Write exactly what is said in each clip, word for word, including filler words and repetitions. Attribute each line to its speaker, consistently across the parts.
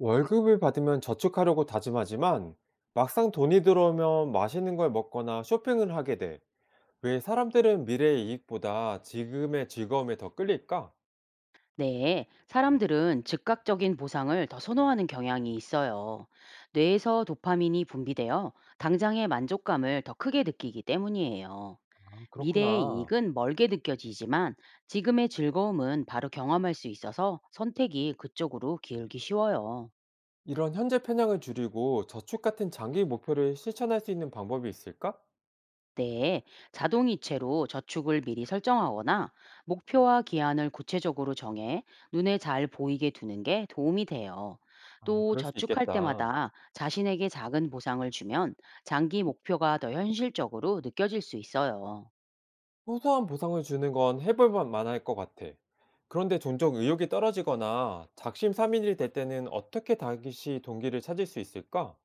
Speaker 1: 월급을 받으면 저축하려고 다짐하지만 막상 돈이 들어오면 맛있는 걸 먹거나 쇼핑을 하게 돼. 왜 사람들은 미래의 이익보다 지금의 즐거움에 더 끌릴까?
Speaker 2: 네, 사람들은 즉각적인 보상을 더 선호하는 경향이 있어요. 뇌에서 도파민이 분비되어 당장의 만족감을 더 크게 느끼기 때문이에요.
Speaker 1: 아,
Speaker 2: 미래의
Speaker 1: 그렇구나.
Speaker 2: 이익은 멀게 느껴지지만 지금의 즐거움은 바로 경험할 수 있어서 선택이 그쪽으로 기울기 쉬워요.
Speaker 1: 이런 현재 편향을 줄이고 저축 같은 장기 목표를 실천할 수 있는 방법이 있을까?
Speaker 2: 네, 자동이체로 저축을 미리 설정하거나 목표와 기한을 구체적으로 정해 눈에 잘 보이게 두는 게 도움이 돼요.
Speaker 1: 아,
Speaker 2: 또
Speaker 1: 그럴 수
Speaker 2: 저축할
Speaker 1: 있겠다.
Speaker 2: 때마다 자신에게 작은 보상을 주면 장기 목표가 더 현실적으로 느껴질 수 있어요.
Speaker 1: 소소한 보상을 주는 건 해볼 만할 것 같아. 그런데 종종 의욕이 떨어지거나 작심삼일이 될 때는 어떻게 다시 동기를 찾을 수 있을까?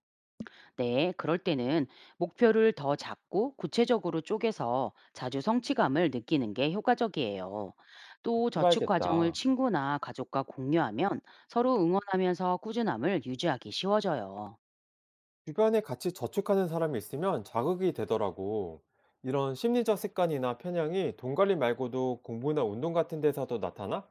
Speaker 2: 네, 그럴 때는 목표를 더 작고 구체적으로 쪼개서 자주 성취감을 느끼는 게 효과적이에요. 또 저축 과정을
Speaker 1: 해봐야겠다.
Speaker 2: 친구나 가족과 공유하면 서로 응원하면서 꾸준함을 유지하기 쉬워져요.
Speaker 1: 주변에 같이 저축하는 사람이 있으면 자극이 되더라고. 이런 심리적 습관이나 편향이 돈 관리 말고도 공부나 운동 같은 데서도 나타나?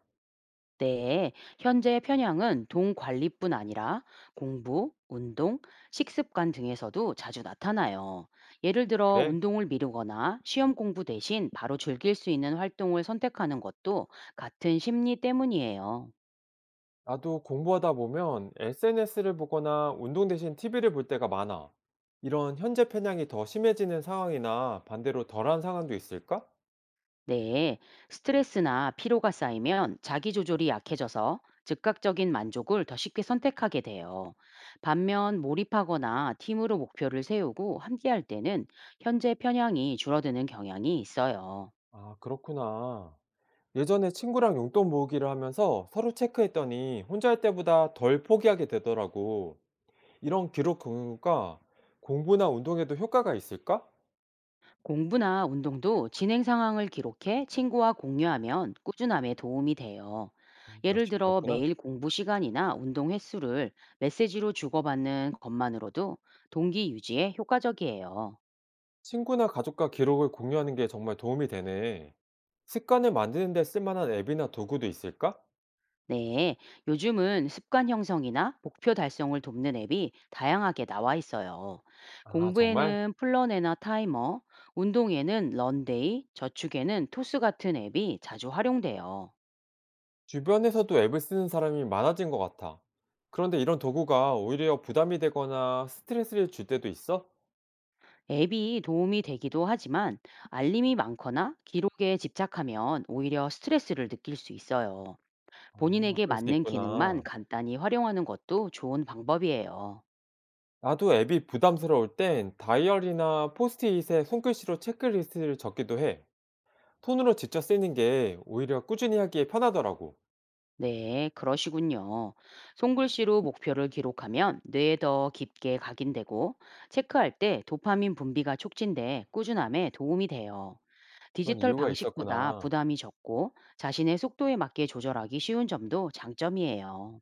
Speaker 2: 네, 현재 편향은 돈 관리뿐 아니라 공부, 운동, 식습관 등에서도 자주 나타나요. 예를 들어
Speaker 1: 그래?
Speaker 2: 운동을 미루거나 시험 공부 대신 바로 즐길 수 있는 활동을 선택하는 것도 같은 심리 때문이에요.
Speaker 1: 나도 공부하다 보면 에스엔에스를 보거나 운동 대신 티비를 볼 때가 많아. 이런 현재 편향이 더 심해지는 상황이나 반대로 덜한 상황도 있을까?
Speaker 2: 네, 스트레스나 피로가 쌓이면 자기조절이 약해져서 즉각적인 만족을 더 쉽게 선택하게 돼요. 반면 몰입하거나 팀으로 목표를 세우고 함께할 때는 현재 편향이 줄어드는 경향이 있어요.
Speaker 1: 아, 그렇구나. 예전에 친구랑 용돈 모으기를 하면서 서로 체크했더니 혼자 할 때보다 덜 포기하게 되더라고. 이런 기록 공유가 공부나 운동에도 효과가 있을까?
Speaker 2: 공부나 운동도 진행 상황을 기록해 친구와 공유하면 꾸준함에 도움이 돼요.
Speaker 1: 음,
Speaker 2: 예를
Speaker 1: 역시
Speaker 2: 들어
Speaker 1: 그렇구나.
Speaker 2: 매일 공부 시간이나 운동 횟수를 메시지로 주고받는 것만으로도 동기 유지에 효과적이에요.
Speaker 1: 친구나 가족과 기록을 공유하는 게 정말 도움이 되네. 습관을 만드는 데 쓸만한 앱이나 도구도 있을까?
Speaker 2: 네, 요즘은 습관 형성이나 목표 달성을 돕는 앱이 다양하게 나와 있어요.
Speaker 1: 아, 정말?
Speaker 2: 공부에는 플러내나 타이머, 운동에는 런데이, 저축에는 토스 같은 앱이 자주 활용돼요.
Speaker 1: 주변에서도 앱을 쓰는 사람이 많아진 것 같아. 그런데 이런 도구가 오히려 부담이 되거나 스트레스를 줄 때도 있어?
Speaker 2: 앱이 도움이 되기도 하지만 알림이 많거나 기록에 집착하면 오히려 스트레스를 느낄 수 있어요.
Speaker 1: 아,
Speaker 2: 본인에게
Speaker 1: 그럴 수도
Speaker 2: 맞는 기능만
Speaker 1: 있구나.
Speaker 2: 간단히 활용하는 것도 좋은 방법이에요.
Speaker 1: 나도 앱이 부담스러울 땐 다이어리나 포스트잇에 손글씨로 체크리스트를 적기도 해. 톤으로 직접 쓰는 게 오히려 꾸준히 하기에 편하더라고.
Speaker 2: 네, 그러시군요. 손글씨로 목표를 기록하면 뇌에 더 깊게 각인되고 체크할 때 도파민 분비가 촉진돼 꾸준함에 도움이 돼요.
Speaker 1: 그런
Speaker 2: 디지털
Speaker 1: 이유가
Speaker 2: 방식보다
Speaker 1: 있었구나.
Speaker 2: 부담이 적고 자신의 속도에 맞게 조절하기 쉬운 점도 장점이에요.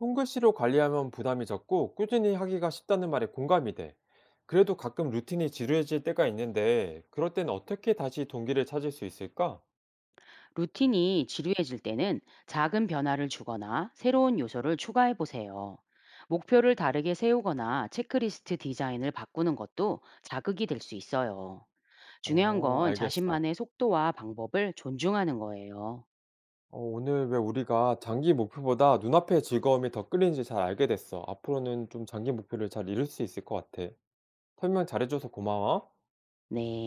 Speaker 1: 손글씨로 관리하면 부담이 적고 꾸준히 하기가 쉽다는 말에 공감이 돼. 그래도 가끔 루틴이 지루해질 때가 있는데 그럴 땐 어떻게 다시 동기를 찾을 수 있을까?
Speaker 2: 루틴이 지루해질 때는 작은 변화를 주거나 새로운 요소를 추가해 보세요. 목표를 다르게 세우거나 체크리스트 디자인을 바꾸는 것도 자극이 될 수 있어요. 중요한
Speaker 1: 어,
Speaker 2: 건
Speaker 1: 알겠어.
Speaker 2: 자신만의 속도와 방법을 존중하는 거예요.
Speaker 1: 어, 오늘 왜 우리가 장기 목표보다 눈앞의 즐거움이 더 끌리는지 잘 알게 됐어. 앞으로는 좀 장기 목표를 잘 이룰 수 있을 것 같아. 설명 잘해줘서 고마워.
Speaker 2: 네.